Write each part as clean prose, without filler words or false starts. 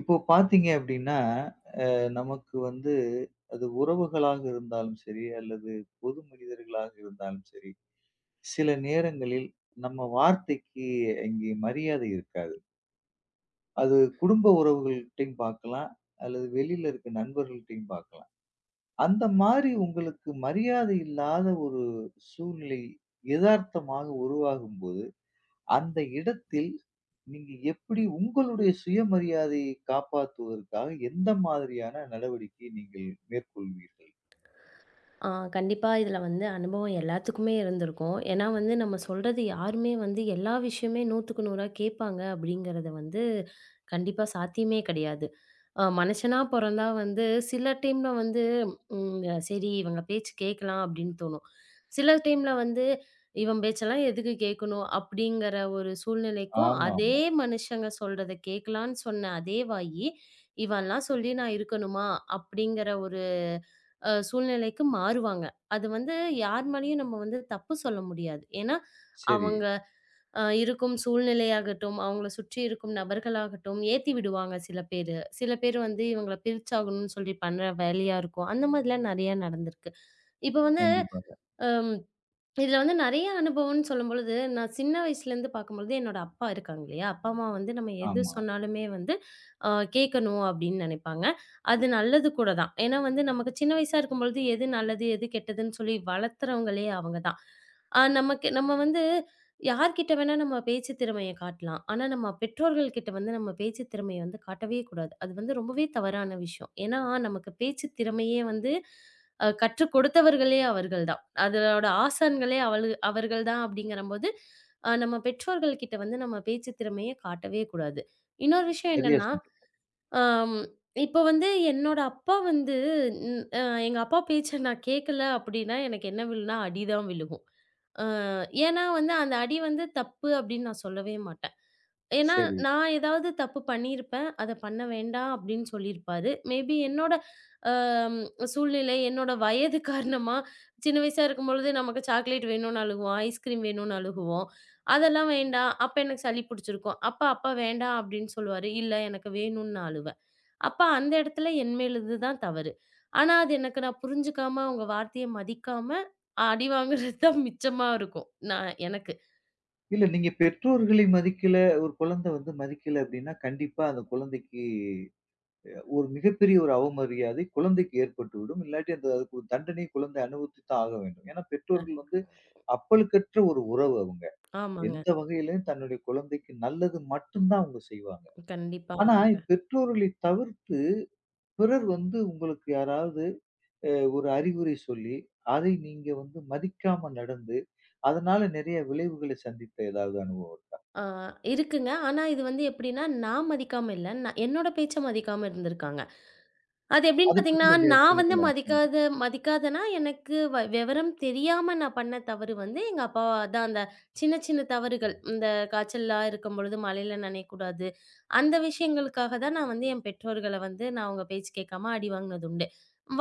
இப்போ பார்த்தீங்க அப்படின்னா, நமக்கு வந்து அது உறவுகளாக இருந்தாலும் சரி, அல்லது பொது மனிதர்களாக இருந்தாலும் சரி, சில நேரங்களில் நம்ம வார்த்தைக்கு இங்கே மரியாதை இருக்காது. அது குடும்ப உறவுகள்கிட்டயும் பார்க்கலாம், அல்லது வெளியில இருக்க நண்பர்கள்ட்டயும் பார்க்கலாம். அந்த மாரி உங்களுக்கு மரியாதை இல்லாத ஒரு சூழ்நிலை எதார்த்தமாக உருவாகும்போது, அந்த இடத்தில் நீங்க எப்படி உங்களுடைய சுயமரியாதையை காப்பாத்துவதற்காக எந்த மாதிரியான நடவடிக்கையை நீங்கள் மேற்கொள்வீர்கள்? ஆ கண்டிப்பா இதுல வந்து அனுபவம் எல்லாத்துக்குமே இருந்திருக்கும். ஏன்னா வந்து நம்ம சொல்றது யாருமே வந்து எல்லா விஷயமே 100க்கு 100ஆ கேட்பாங்க அப்படிங்கிறது வந்து கண்டிப்பா சாத்தியமே கிடையாது. மனுஷனா பொறந்தா வந்து சில டைம்ல வந்து, ம் சரி இவங்க பேச்சு கேட்கலாம் அப்படின்னு தோணும். சில டைம்ல வந்து இவன் பேச்செல்லாம் எதுக்கு கேட்கணும் அப்படிங்கிற ஒரு சூழ்நிலைக்கும், அதே ஆமாமா. மனுஷங்க சொல்றத கேட்கலான்னு சொன்ன அதே வாயி, இவன்லாம் சொல்லி நான் இருக்கணுமா அப்படிங்கிற ஒரு சூழ்நிலைக்கு மாறுவாங்க. அது வந்து யார் மேலயும் நம்ம வந்து தப்பு சொல்ல முடியாது. ஏன்னா சரி. அவங்க இருக்கும் சூழ்நிலையாகட்டும், அவங்கள சுற்றி இருக்கும் நபர்களாகட்டும், ஏத்தி விடுவாங்க சில பேரு. சில பேர் வந்து இவங்கள பிரிச்சாகணும்னு சொல்லி பண்ற வேலையா இருக்கும். அந்த மாதிரிலாம் நெறையா நடந்திருக்கு. இப்ப வந்து கண்டிப்பாக. அ இதுல வந்து நெறைய அனுபவம்னு சொல்லும்பொழுது, நான் சின்ன வயசுலேருந்து பார்க்கும்பொழுது, என்னோட அப்பா இருக்காங்க இல்லையா? அப்பா, அம்மா வந்து நம்ம எது ஆமா. சொன்னாலுமே வந்து அ கேட்கணும் அப்டின்னு நெனைப்பாங்க. அது நல்லது கூட தான். ஏன்னா வந்து நமக்கு சின்ன வயசா இருக்கும்பொழுது, எது நல்லது, எது கெட்டதுன்னு சொல்லி வளர்த்துறவங்களே அவங்க தான். நமக்கு நம்ம வந்து யார்கிட்ட வேணா நம்ம பேச்சு திறமைய காட்டலாம். ஆனா, நம்ம பெற்றோர்கள் கிட்ட வந்து நம்ம பேச்சு திறமைய வந்து காட்டவே கூடாது. அது வந்து ரொம்பவே தவறான விஷயம். ஏன்னா, நமக்கு பேச்சு திறமையே வந்து கற்றுக் கொடுத்தவர்களே அவர்கள் தான். அதோட ஆசான்களே அவர்கள் தான் அப்படிங்கிறம்போது, நம்ம பெற்றோர்கள் கிட்ட வந்து நம்ம பேச்சு திறமைய காட்டவே கூடாது. இன்னொரு விஷயம் சரியா என்னன்னா, சொன்னீங்க. ஆம். இப்ப வந்து என்னோட அப்பா வந்து ன் அ எங்க அப்பா பேச்ச நான் கேட்கல அப்டின்னா, எனக்கு என்ன விழும்னா, அடி தான் விழுகும். அ ஏன்னா வந்து அந்த அடி வந்து தப்பு அப்டின்னு நான் சொல்லவே மாட்டேன். ஏன்னா, சரி. நான் ஏதாவது தப்பு பண்ணியிருப்பேன். அத பண்ண வேண்டாம் அப்டின்னு சொல்லியிருப்பாரு. மேபி என்னோட அம் சூழ்நிலை, என்னோட வயது காரணமா சின்ன வயசா இருக்கும்பொழுது நமக்கு சாக்லேட் வேணும்னு அழுகுவோம். ஐஸ்கிரீம் வேணும்னு அழுகுவோம். அதெல்லாம் வேண்டாம். அப்ப எனக்கு சளி புடிச்சிருக்கும். அப்ப அப்பா வேண்டாம் அப்டின்னு சொல்லுவாரு. இல்ல எனக்கு வேணும்னு நான் அழுவேன். அப்ப அந்த இடத்துல என் மேலது தான் தவறு. ஆனா, அது எனக்கு நான் புரிஞ்சுக்காம, அவங்க வார்த்தைய மதிக்காம அடி வாங்குறது தான் மிச்சமா இருக்கும். நான் எனக்கு. இல்ல நீங்க பெற்றோர்களை மதிக்கல, ஒரு குழந்தை வந்து மதிக்கல அப்படின்னா, கண்டிப்பா அந்த குழந்தைக்கு ஒரு மிகப்பெரிய ஒரு அவமரியாதை குழந்தைக்கு ஏற்பட்டுவிடும். இல்லாட்டி அந்த அதுக்கு ஒரு தண்டனை குழந்தை அனுபவித்து தான் ஆக வேண்டும். ஏன்னா அ. பெற்றோர்கள் வந்து அப்பழுக்கற்ற ஒரு உறவு அவங்க. ஆமாங்க. எந்த வகையிலும் தன்னுடைய குழந்தைக்கு நல்லது மட்டும்தான் அவங்க செய்வாங்க. கண்டிப்பா. ஆனா, ஆமா. பெற்றோர்களை தவிர்த்து பிறர் வந்து உங்களுக்கு யாராவது அ ஒரு அறிவுரை சொல்லி, அதை நீங்க வந்து மதிக்காம நடந்து, அதனால நிறைய விளைவுகளை சந்தித்த ஏதாவது அனுபவம்? ஆ இருக்குங்க. ஆனா இது வந்து எப்படின்னா, நான் மதிக்காம இல்ல. நான் என்னோட பேச்ச மதிக்காம இருந்திருக்காங்க. அது எப்படின்னு அத பத்தி பார்த்தீங்கன்னா, கொஞ்சம் எனக்கு நான் வந்து சொல்லுங்களேன். ம். மதிக்காதன்னா, எனக்கு விவரம் தெரியாம நான் பண்ண தவறு வந்து எங்க அப்பா தான் அந்த சின்ன சின்ன தவறுகள். இந்த காய்ச்சலா இருக்கும்பொழுது மழையில நனையக்கூடாது. அந்த விஷயங்களுக்காக தான் நான் வந்து என் பெற்றோர்கள வந்து நான் அவங்க பேச்சு கேட்காம அடி வாங்கினது உண்டு.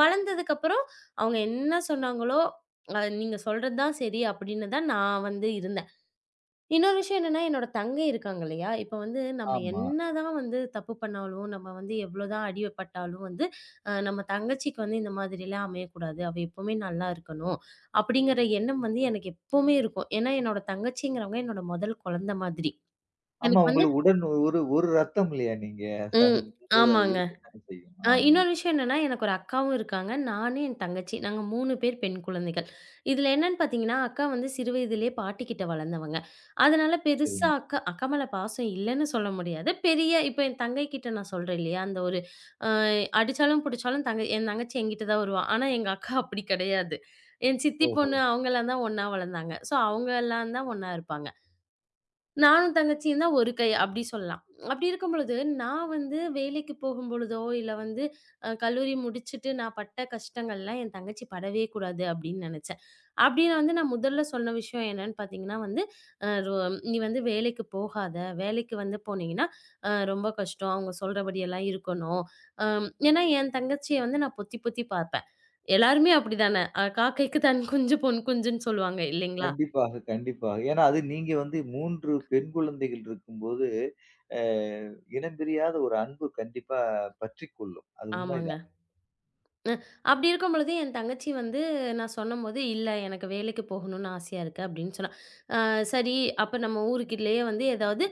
வளர்ந்ததுக்கப்புறம் அவங்க என்ன சொன்னாங்களோ, "நீங்க சொல்றது தான் சரி" அப்படின்னு தான் நான் வந்து இருந்தேன். இன்னொரு விஷயம் என்னன்னா, என்னோட தங்கை இருக்காங்க இல்லையா? இப்ப வந்து நம்ம ஆமா. என்னதான் வந்து தப்பு பண்ணாலும், நம்ம வந்து எவ்வளோதான் அடி பட்டாலும் வந்து, நம்ம தங்கச்சிக்கு வந்து இந்த மாதிரிலாம் அமையக்கூடாது. அவ எப்பவுமே நல்லா இருக்கணும். அப்படிங்கிற எண்ணம் வந்து எனக்கு எப்பவுமே இருக்கும். ஏன்னா, என்னோட தங்கச்சிங்கிறவங்க என்னோட முதல் குழந்தை மாதிரி. ஆமா எனக்கு வந்து உங்களுக்கு உடன் ஒரு ஒரு ரத்தம் இல்லையா நீங்க? அது ம். இருக்கும்போது அது ஆமாங்க. இருக்கத்தானே செய்யும். ஆமா. இன்னொரு விஷயம் என்னன்னா, எனக்கு ஒரு அக்காவும் இருக்காங்க. நானு, என் தங்கச்சி. நாங்க 3 பேர் பெண் குழந்தைகள். இதுல என்னன்னு பாத்தீங்கன்னா, அக்கா வந்து சிறு வயதிலேயே பாட்டிக்கிட்ட வளர்ந்தவங்க. அதனால பெருசா சரிங்க. அக்கா அக்கா மேல பாசம் இல்லன்னு சொல்ல முடியாது. இப்ப என் தங்கைக்கிட்ட நான் சொல்றேன் இல்லையா, அந்த ஒரு அ அடிச்சாலும் புடிச்சாலும் தங்கை என் தங்கச்சி என்கிட்ட தான் வருவா. ஆனா எங்க அக்கா அப்படி கிடையாது. என் சித்தி ஓஹோ! பொண்ணு அவங்கலாம் தான் ஒண்ணா வளர்ந்தாங்க. ஸோ அவங்கலாம் தான் ஒண்ணா இருப்பாங்க. நானும் தங்கச்சியும் தான் ஒரு கை அப்படி சொல்லலாம். அப்படி இருக்கும் பொழுது, நான் வந்து வேலைக்கு போகும்பொழுதோ, இல்ல வந்து கல்லூரி முடிச்சுட்டு நான் பட்ட கஷ்டங்கள்லாம் என் தங்கச்சி படவே கூடாது அப்படின்னு நெனச்சேன். அப்படி நான் வந்து நான் முதல்ல சொன்ன விஷயம் என்னன்னு பார்த்தீங்கன்னா வந்து, அ ரொ "நீ வந்து வேலைக்கு போகாத. வேலைக்கு வந்து போனீங்கன்னா, ரொம்ப கஷ்டம். அவங்க சொல்றபடியெல்லாம் இருக்கணும்." ஏன்னா என் தங்கச்சிய வந்து நான் பொத்தி பொத்தி பார்ப்பேன். எல்லாருமே அப்படிதானே. "காக்கைக்கு தன் குஞ்சு பொன் குஞ்சுன்னு" சொல்லுவாங்க இல்லைங்களா? கண்டிப்பாக, கண்டிப்பாக. ஏன்னா, அது நீங்க வந்து 3 பெண் குழந்தைகள் இருக்கும்போது, அ இனம் பிரியாத ஒரு அன்பு கண்டிப்பா பற்றிக்கொள்ளும். அது ஆமாங்க. உண்மைதான். அ அப்படி இருக்கும் பொழுது என் தங்கச்சி வந்து நான் சொன்னம்போது, "இல்ல எனக்கு வேலைக்கு போகணும்னு ஆசையா இருக்கு" அப்படின்னு சொன்னா. சரி அப்ப நம்ம ஊருக்குள்ளயே வந்து ஏதாவது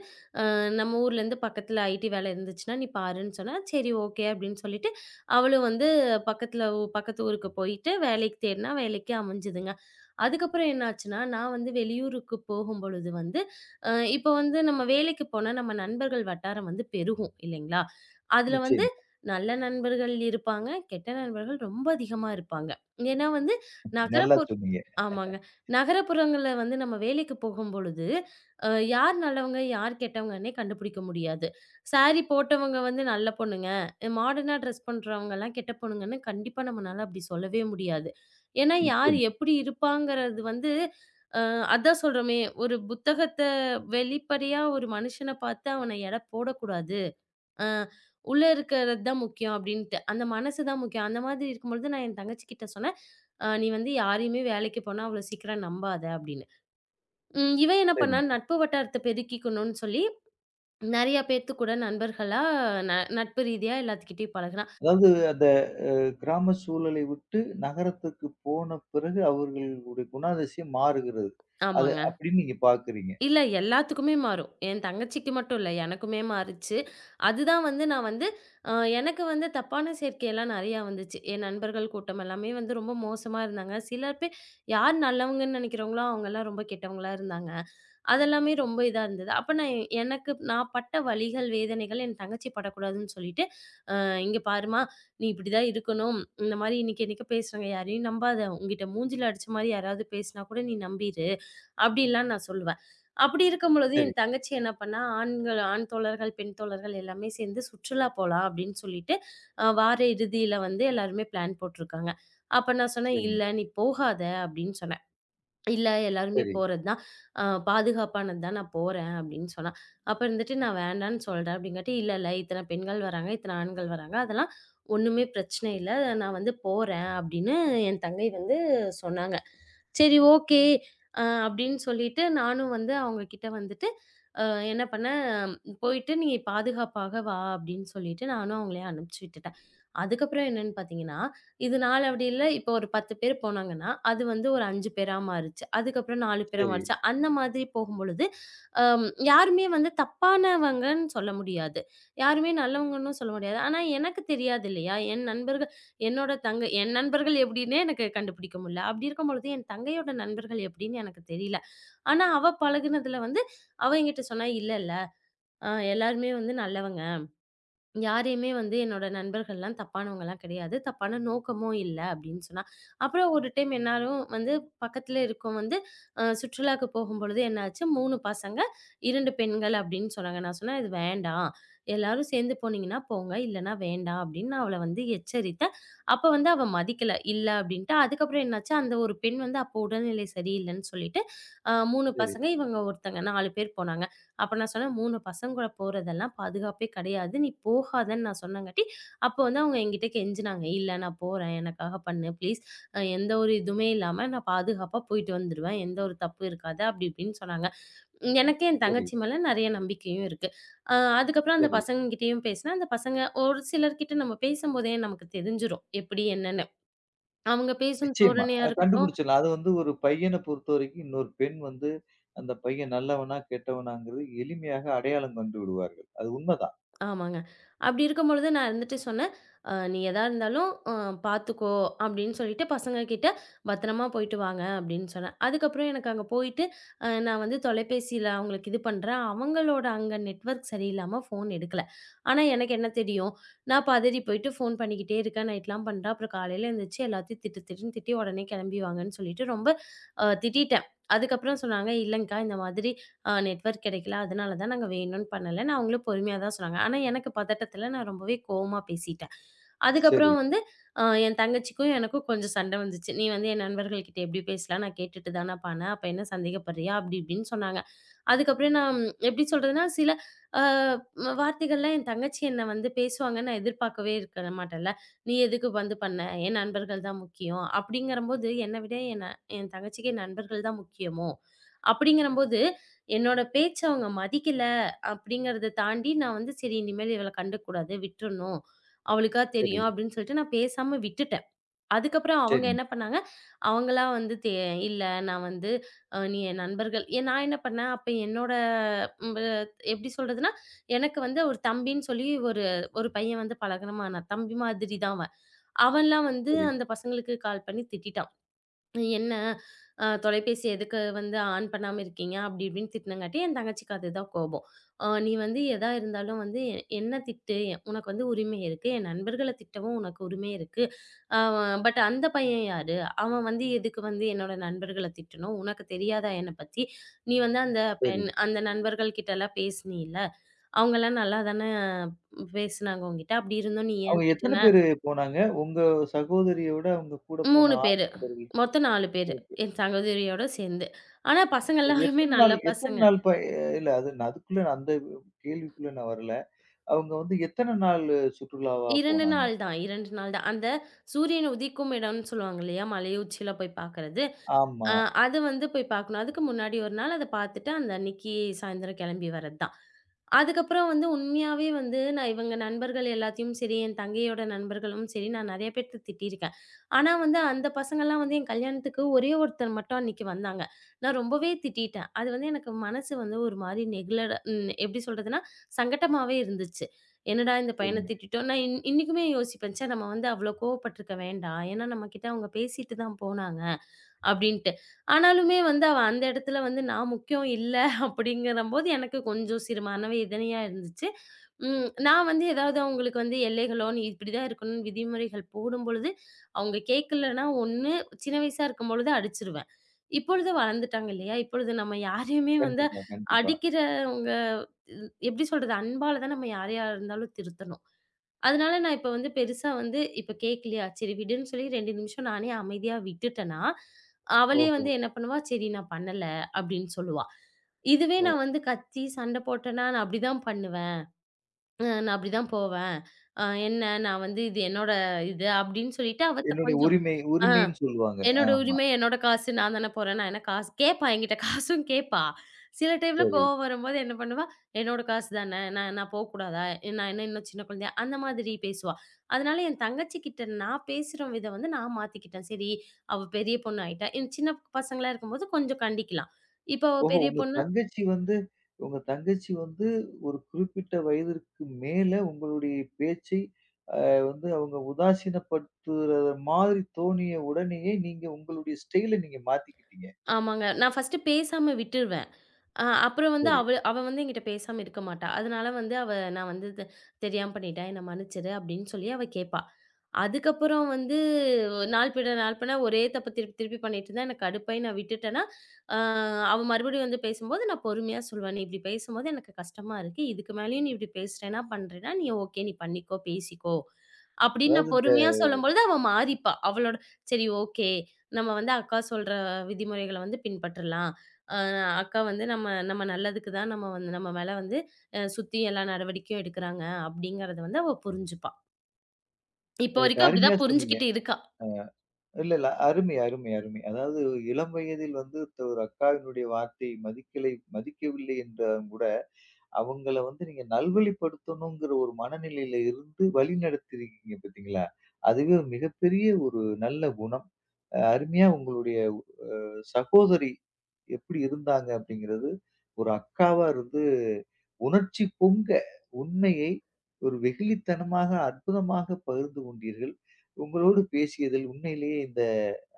நம்ம ஊர்லேருந்து பக்கத்துல ஐடி வேலை இருந்துச்சுன்னா நீ பாருன்னு சொன்னா, சரி ஓகே அப்படின்னு சொல்லிட்டு, அவளும் வந்து பக்கத்துல பக்கத்து ஊருக்கு போயிட்டு வேலைக்கு தேடுனா, வேலைக்கு அமைஞ்சதுங்க. அதுக்கப்புறம் என்னாச்சுன்னா, நான் வந்து வெளியூருக்கு போகும்பொழுது வந்து, அ இப்போ வந்து நம்ம வேலைக்கு போனா நம்ம நண்பர்கள் வட்டாரம் வந்து பெருகும் இல்லைங்களா? அதுல வந்து நிச்சயமா. நல்ல நண்பர்கள் இருப்பாங்க, கெட்ட நண்பர்கள் ரொம்ப அதிகமா இருப்பாங்க. ஏன்னா வந்து நல்லா நகரப்புற சொன்னீங்க. ஆமாங்க. நகரப்புறங்கள்ல வந்து நம்ம வேலைக்கு போகும்பொழுது, அ யார் நல்லவங்க, யார் கெட்டவங்கன்னே கண்டுபிடிக்க முடியாது. சாரி போட்டவங்க வந்து நல்ல பொண்ணுங்க, மாடர்னா ட்ரெஸ் பண்றவங்கலாம் கெட்ட பொண்ணுங்கன்னு கண்டிப்பா நம்மனால அப்படி சொல்லவே முடியாது. ஏன்னா, யார் நிச்சயமா. எப்படி இருப்பாங்கிறது வந்து அ அதான் சொல்றோமே, ஒரு புத்தகத்த வெளிப்படையா ஒரு மனுஷன பார்த்து அவன எடை போடக்கூடாது. அ உள்ள இருக்கிறது தான் முக்கியம் அப்டின்ட்டு. அந்த மனசு தான் முக்கியம். அந்த மாதிரி இருக்கும்பொழுது நான் என் தங்கச்சிகிட்ட சொன்னேன், " நீ வந்து யாரையுமே வேலைக்கு போனா அவ்வளோ சீக்கிரம் நம்பாத" அப்டின்னு. இவ என்ன பண்ணா, சரிங்க. நட்பு வட்டாரத்த பெருக்கிக்கணும்னு சொல்லி நெறைய பேத்து கூட நண்பர்களா ந நட்பு ரீதியா எல்லாத்துக்கிட்டயும் பழகுனா. அதாவது அந்த கிராம சூழலை விட்டு நகரத்துக்கு போன பிறகு அவர்களுடைய குணாதிசயம் மாறுகிறது. அது ஆமாங்க. அப்படின்னு நீங்க பார்க்குறீங்க. இல்ல எல்லாத்துக்குமே மாறும். என் தங்கச்சிக்கு மட்டும் இல்ல. எனக்குமே மாறுச்சு. அதுதான் வந்து நான் வந்து அ எனக்கு வந்து தப்பான சேர்க்கைலாம் நெறையா வந்துச்சு. என் நண்பர்கள் கூட்டம் எல்லாமே வந்து ரொம்ப மோசமா இருந்தாங்க. சில பேர் யார் நல்லவங்கன்னு நெனைக்கிறவங்களோ, அவங்கலாம் ரொம்ப கெட்டவங்களா இருந்தாங்க. அதெல்லாமே ரொம்ப இதா இருந்தது. அப்ப நான் எனக்கு நான் பட்ட வலிகள், வேதனைகள் என் தங்கச்சி படக்கூடாதுன்னு சொல்லிட்டு, "அ இங்க பாரும்மா, நீ இப்டிதான் இருக்கணும். இந்த மாரி இன்னைக்கு என்னைக்கோ பேசுறவங்க யாரையும் நம்பாத. உன்கிட்ட மூஞ்சில அடிச்ச மாரி யாராவது பேசினா கூட நீ நம்பிரு." அப்டிலாம் நான் சொல்லுவேன். அப்டி இருக்கும் பொழுது சரி, என் தங்கச்சி என்ன பண்ணா, ஆண்கள் ஆண் தோழர்கள், பெண் தோழர்கள் எல்லாமே சேர்ந்து சுற்றுலா போலாம் அப்டின்னு சொல்லிட்டு, வார இறுதியில வந்து எல்லாருமே பிளான் போட்ருக்காங்க. அப்ப நான் சொன்னேன், சரிங்க. "இல்ல நீ போகாத" அப்டின்னு சொன்னேன். இல்ல எல்லாருமே சரி, போறது தான். பாதுகாப்பானது தான் நான் போறேன் அப்படின்னு சொன்னா. அப்ப இருந்துட்டு நான் வேண்டான்னு சொல்றேன் அப்படிங்காட்டி, இல்ல இல்ல இத்தன பெண்கள் வராங்க, இத்தன ஆண்கள் வராங்க. அதெல்லாம் ஒண்ணுமே பிரச்சனை இல்ல. நான் வந்து போறேன் அப்படின்னு என் தங்கை வந்து சொன்னாங்க. சரி ஓகே. அப்படின்னு சொல்லிட்டு நானும் வந்து அவங்க கிட்ட வந்துட்டு அ என்ன பண்ணேன், "போயிட்டு நீ பாதுகாப்பாக வா" அப்படின்னு சொல்லிட்டு நானும் அவங்கள அனுப்பிச்சு விட்டுட்டேன். அதுக்கப்புறம் என்னன்னு பார்த்தீங்கன்னா, இது நாளடைவில இப்போ ஒரு 10 பேர் போனாங்கன்னா, அது வந்து ஒரு 5 பேரா மாறுச்சு. அதுக்கப்புறம் 4 பேரா சரி, மாறுச்சு. அந்த மாதிரி போகும்பொழுது, யாருமே வந்து தப்பானவங்கன்னு சொல்ல முடியாது. யாருமே நல்லவங்கன்னும் சொல்ல முடியாது. ஆனா எனக்கு தெரியாது இல்லையா? என் நண்பர்கள் என்னோட தங்கை என் நண்பர்கள் எப்படின்னே எனக்கு கண்டுபிடிக்க முடியல. அப்படி இருக்கும் பொழுது என் தங்கையோட நண்பர்கள் எப்படின்னு எனக்கு தெரியல. ஆனா, அவ பழகுனதுல வந்து அவ என்கிட்ட சொன்னா, "இல்ல, இல்ல. அ எல்லாருமே வந்து நல்லவங்க. யாரையுமே வந்து என்னோட நண்பர்கள்லாம் தப்பானவங்கலாம் கிடையாது. தப்பான நோக்கமும் இல்ல அப்படின்னு சொன்னா. அப்புறம் ஒரு டைம் எல்லாரும் வந்து பக்கத்துல இருக்கோம் வந்து சுற்றுலாக்கு போகும்பொழுது என்னாச்சு 3 பசங்க, 2 பெண்கள் அப்படின்னு சொன்னாங்க. நான் சொன்னேன் "இது வேண்டாம். எல்லாரும் சேர்ந்து போனீங்கன்னா போங்க. இல்லன்னா வேண்டாம்" அப்படின்னு நான் அவள வந்து எச்சரித்தேன். அப்ப வந்து அவ மதிக்கல. இல்ல அப்படின்ட்டா. அதுக்கப்புறம் என்னாச்சு அந்த ஒரு பெண் வந்து அப்போ உடல்நிலை சரியில்லன்னு சொல்லிட்டு, 3 சரி, பசங்க, இவங்க ஒருத்தங்க 4 பேர் போனாங்க. அப்ப நான் சொன்னேன், "3 பசங்க கூட போறதெல்லாம் பாதுகாப்பே கிடையாது. நீ போகாதன்னு" நான் சொன்னங்காட்டி, அப்போ வந்து அவங்க என்கிட்ட கெஞ்சினாங்க. "இல்ல நான் போறேன். எனக்காக பண்ணு ப்ளீஸ். எந்த ஒரு இதுவுமே இல்லாம நான் பாதுகாப்பா போயிட்டு வந்துருவேன். எந்த ஒரு தப்பும் இருக்காது." அப்படி இப்படின்னு சொன்னாங்க. எனக்கு என் சரி, சரி, தங்கச்சி மேல நெறைய நம்பிக்கையும் இருக்கு. அ அதுக்கப்புறம் அந்த சரி. பசங்ககிட்டயும் பேசினேன். அந்த பசங்க ஒரு சிலர்கிட்ட நம்ம பேசும்போதே நமக்கு தெரிஞ்சிரும். எப்படி என்னன்னு. அவங்க பேசும் நிச்சயமா. தோரணையா இருக்கட்டும் கண்டுபிடிச்சிடலாம். அது வந்து ஒரு பையன பொறுத்தவரைக்கும் இன்னொரு பெண் வந்து, அந்த பையன் நல்லவனா, கெட்டவனாங்கிறது எளிமையாக அடையாளம் கண்டு விடுவார்கள். அது உண்மதான். ஆமாங்க. அப்படி இருக்கும்பொழுது நான் இருந்துட்டு சொன்னேன், " நீ எதா இருந்தாலும் பார்த்துக்கோ" அப்படின்னு சொல்லிட்டு பசங்க கிட்ட "பத்திரமா போயிட்டு வாங்க" அப்படின்னு சொன்னேன். அதுக்கப்புறம் எனக்கு அங்க போயிட்டு, நான் வந்து தொலைபேசியில அவங்களுக்கு இது பண்றேன். அவங்களோட அங்க நெட்வொர்க் சரியில்லாம ஃபோன் எடுக்கல. ஆனா எனக்கு என்ன தெரியும்? நான் பதறி போயிட்டு ஃபோன் பண்ணிக்கிட்டே இருக்கேன், நைட்லாம் பண்றேன். அப்புறம் காலையில எந்திரிச்சு எல்லாத்தையும் திட்டு திட்டுன்னு திட்டி, "உடனே கிளம்பி வாங்கன்னு" சொல்லிட்டு ரொம்ப திட்டிட்டேன். அதுக்கப்புறம் சொன்னாங்க, "இல்லங்க்கா, இந்த மாதிரி நெட்வொர்க் கிடைக்கல. அதனால தான் நாங்க வேணும்னு பண்ணல. நான் அவங்களும் பொறுமையா தான் சொன்னாங்க. ஆனா எனக்கு பதட்டத்துல நான் ரொம்பவே கோவமா பேசிட்டேன். சரி, அதுக்கப்புறம் வந்து என் தங்கச்சிக்கும் எனக்கும் கொஞ்சம் சண்டை வந்துச்சு. "நீ வந்து என் நண்பர்கள்கிட்ட எப்படி பேசலாம்? நான் கேட்டுட்டு தானே பண்ணேன். அப்ப என்ன சந்தேகப்படுறியா?" அப்படி இப்படின்னு சொன்னாங்க. அதுக்கப்புறம் நான் எப்படி சொல்றதுன்னா, சில அ வார்த்தைகள்லாம் என் தங்கச்சி என்ன வந்து பேசுவாங்கன்னு நான் எதிர்பார்க்கவே இருக்க மாட்டேன்ல. "நீ எதுக்கு வந்து பண்ண? என் நண்பர்கள் தான் முக்கியம்." அப்படிங்கிறம்போது என்ன விட என் என் தங்கச்சிக்கு என் நண்பர்கள் தான் முக்கியமோ? அப்படிங்கிறம்போது என்னோட பேச்ச அவங்க மதிக்கல அப்படிங்கிறத தாண்டி நான் வந்து சரி இனிமேல் இவள கண்டுக்கக்கூடாது, விட்டுறணும். அவளுக்கா சரி, தெரியும் அப்படின்னு சொல்லிட்டு நான் பேசாம விட்டுட்டேன். அதுக்கப்புறம் அவங்க சரிங்க. என்ன பண்ணாங்க, அவங்களா வந்து இல்ல நான் வந்து நீ என் நண்பர்கள் ஏன் நான் என்ன பண்ணேன், அப்ப என்னோட ம் ப எப்படி சொல்றதுன்னா, எனக்கு வந்து ஒரு தம்பின்னு சொல்லி ஒரு ஒரு பையன் வந்து பழகுனமானான். தம்பி மாதிரி தான் அவன். அவன்லாம் வந்து சரி, அந்த பசங்களுக்கு கால் பண்ணி திட்டிட்டான். என்ன தொலைபேசி எதுக்கு வந்து ஆன் பண்ணாம இருக்கீங்க? அப்படி இப்படின்னு திட்டுனங்காட்டி, என் தங்கச்சிக்கு அதுதான் கோபம். " நீ வந்து எதா இருந்தாலும் வந்து எ என்ன திட்டு. எ- உனக்கு வந்து உரிமை இருக்கு. என் நண்பர்கள திட்டவும் உனக்கு உரிமை இருக்கு. அ பட் அந்த பையன் யாரு? அவன் வந்து எதுக்கு வந்து என்னோட நண்பர்கள திட்டணும்? உனக்கு தெரியாதா என்ன பத்தி? நீ வந்து அந்த சரி. பெண் அந்த நண்பர்கள் கிட்டலாம் பேசினீல்ல? அவங்கலாம் நல்லா தான பேசுனாங்க உன்கிட்ட. அப்படி இருந்தும் நீ அவங்க ஏன் எத்தன திட்டுன?" பேரு போனாங்க? உங்க சகோதரியோட உங்க கூட போன 3 ஆண் பேரு. நண்பர்கள்? மொத்தம் 4 பேரு. ஓகே. என் சகோதரியோட சேர்ந்து. ஆனா பசங்க சரி எல்லாருமே எத்தன நல்ல நாள் எத்தன பசங்க. நாள் ப இல்ல அது நான் அதுக்குள்ள நான் அந்த கேள்விக்குள்ள நான் வரல. அவங்க வந்து எத்தன நாள் சுற்றுலாவா 2 போனாங்க? நாள் தான் 2 நாள் தான். அந்த சூரியன் உதிக்கும் இடம்னு சொல்லுவாங்க இல்லையா? மலை உச்சியில போய் பார்க்கறது. ஆமா. அ அது வந்து போய் பார்க்கணும். அதுக்கு முன்னாடி ஒரு நாள் அத பார்த்துட்டு, அந்த அன்னைக்கு சாயந்தரம் கிளம்பி வரது தான். அதுக்கப்புறம் வந்து உண்மையாவே வந்து நான் இவங்க நண்பர்கள் எல்லாத்தையும் சரி, என் தங்கையோட நண்பர்களும் சரி, நான் நெறைய பேத்த திட்டியிருக்கேன். ஆனா வந்து அந்த பசங்கலாம் வந்து என் கல்யாணத்துக்கு ஒரே ஒருத்தர் மட்டும் அன்னைக்கு வந்தாங்க. நான் ரொம்பவே திட்டிட்டேன். அது வந்து எனக்கு மனசு வந்து ஒரு மாரி நெகிழட எப்படி சொல்றதுன்னா, சங்கட்டமாவே இருந்துச்சு. என்னடா இந்த பையன சரிங்க. திட்டிட்டோம். நான் இன்னைக்குமே யோசிப்பேன், ச்சே நம்ம வந்து அவ்வளோ கோவப்பட்டுருக்க வேண்டாம். ஏன்னா நம்ம கிட்ட அவங்க பேசிட்டு தான் போனாங்க. அப்படின்ட்டு. ஆனாலுமே வந்து அவ அந்த இடத்துல வந்து நான் முக்கியம் இல்ல அப்படிங்கிறம்போது எனக்கு கொஞ்சம் சிறு மனவேதனையா இருந்துச்சு. நான் வந்து ஏதாவது அவங்களுக்கு வந்து எல்லைகளோ, நீ இப்படிதான் இருக்கணும்னு விதிமுறைகள் போடும்பொழுது, அவங்க கேட்கலன்னா ஒண்ணு சின்ன வயசா இருக்கும்பொழுது அடிச்சுருவேன். இப்பொழுது வளர்ந்துட்டாங்க இல்லையா? இப்பொழுது நம்ம யாரையுமே வந்து கண்டிப்பா, கண்டிப்பா. அடிக்கிறவங்க எப்படி சொல்றது? அன்பால தான் நம்ம யாரையா இருந்தாலும் திருத்தணும். அதனால நான் இப்ப வந்து பெருசா வந்து இப்ப கேட்கலையா, சரி விடுன்னு சொல்லி 2 நிமிஷம் நானே அமைதியா விட்டுட்டேன்னா, அவளே ஓஹோ! வந்து என்ன பண்ணுவா, "சரி நான் பண்ணல" அப்படின்னு சொல்லுவா. இதுவே ஓ! நான் வந்து கத்தி சண்டை போட்டேன்னா, நான் அப்படிதான் பண்ணுவேன். நான் அப்படிதான் போவேன். என்ன நான் வந்து இது என்னோட இது அப்படின்னு சொல்லிட்டு அவத்த என்னுடைய கொஞ்சம் உரிமை ஆ. உரிமைன்னு சொல்லுவாங்க. என்னோட ஆமா. உரிமை, என்னோட காசு நான் தானே போறேன். நான் என்ன காசு கேட்பா என்கிட்ட காசும் கேட்பா. சில டைம்ல சரி. கோவம் வரும்போது என்ன பண்ணுவா, "என்னோட காசு தானே! நான் நான் போக்கூடாதா? நான் என்ன இன்னும் சின்ன குழந்தையா?" அந்த மாதிரி பேசுவா. அதனால என் தங்கச்சி கிட்ட நான் பேசுற விதம் வந்து நான் மாத்திக்கிட்டேன். சரி, அவ பெரிய பொண்ணு ஆயிட்டா. என் சின்ன பசங்களா இருக்கும்போது கொஞ்சம் கண்டிக்கலாம். இப்போ அவ ஓஹோ! பெரிய பொண்ணு உங்க தங்கச்சி வந்து ஒரு குறிப்பிட்ட வயதிற்கு மேல உங்களுடைய பேச்சை வந்து அவங்க உதாசீனப்படுத்துற மாதிரி தோணிய உடனேயே நீங்க உங்களுடைய ஸ்டைல நீங்க மாத்திக்கிட்டீங்க. ஆமாங்க. நான் ஃபர்ஸ்ட்டு பேசாம விட்டுருவேன். அப்புறம் வந்து சரி. அவ அவ வந்து என்கிட்ட பேசாம இருக்க மாட்டா. அதனால வந்து அவ நான் வந்து தெரியாம பண்ணிட்டேன், என்ன மன்னிச்சிரு அப்டின்னு சொல்லி அவ கேட்பா. அதுக்கப்புறம் வந்து நாள் பின்ன நாள் பின்ன ஒரே தப்ப திருப்பி திருப்பி பண்ணிட்டு இருந்தா எனக்கு கடுப்பாயி நான் விட்டுட்டேன்னா, அ அவ மறுபடியும் வந்து பேசும்போது நான் பொறுமையா சொல்லுவேன். "நீ இப்டி பேசும்போது எனக்கு கஷ்டமா இருக்கு. இதுக்கு மேலயும் நீ இப்டி பேசுறேன்னா, பண்றேன்னா, நீ ஓகே நீ பண்ணிக்கோ, பேசிக்கோ." அப்டின்னு அதாவது நான் இந்த பொறுமையா சொல்லும்பொழுது அவ மாறிப்பா. சரி ஓகே. நம்ம வந்து அக்கா சொல்ற விதிமுறைகள வந்து பின்பற்றலாம். அ அக்கா வந்து நம்ம நம்ம நல்லதுக்கு தான் நம்ம வந்து நம்ம மேல வந்து சுத்தி எல்லா நடவடிக்கையும் எடுக்குறாங்க அப்படிங்கிறத வந்து அவ புரிஞ்சுப்பா. இப்போ ரைட் வரைக்கும் அருமையா அப்படிதான் சொன்னீங்க. புரிஞ்சுகிட்டு இருக்கா. இல்ல, இல்ல. அருமை, அருமை, அருமை. அதாவது இளம் வயதில் வந்து ஒரு அக்காவினுடைய வார்த்தை மதிக்கவில்லை என்றாலும் கூட அவங்கள வந்து நீங்க நல்வழிப்படுத்தணுங்கிற ஒரு மனநிலையில இருந்து வழி நடத்திருக்கீங்க பார்த்தீங்களா? அதுவே ஒரு மிகப்பெரிய ஒரு நல்ல குணம். அருமையா உங்களுடைய சகோதரி எப்படி இருந்தாங்க அப்படிங்கிறது, ஒரு அக்காவா இருந்து உணர்ச்சி பொங்க உண்மையை ஒரு வெகுளித்தனமாக அற்புதமாக பகிர்ந்து கொண்டீர்கள். உங்களோடு பேசியதில் உண்மையிலேயே இந்த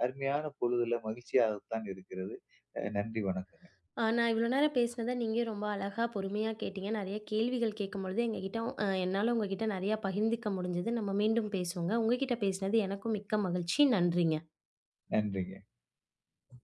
அருமையான பொழுதுல மகிழ்ச்சியாகத்தான் இருக்கிறது. நன்றி வணக்கங்க. நான் இவ்வளோ நேரம் பேசினத நீங்க ரொம்ப அழகா, பொறுமையா கேட்டீங்க. நெறைய கேள்விகள் கேட்கும்பொழுது எங்ககிட்ட என்னால உங்ககிட்ட நெறையா பகிர்ந்துக்க முடிஞ்சது. நம்ம மீண்டும் பேசுவோங்க. உங்ககிட்ட பேசினது எனக்கும் மிக்க மகிழ்ச்சி. நன்றிங்க. நன்றிங்க.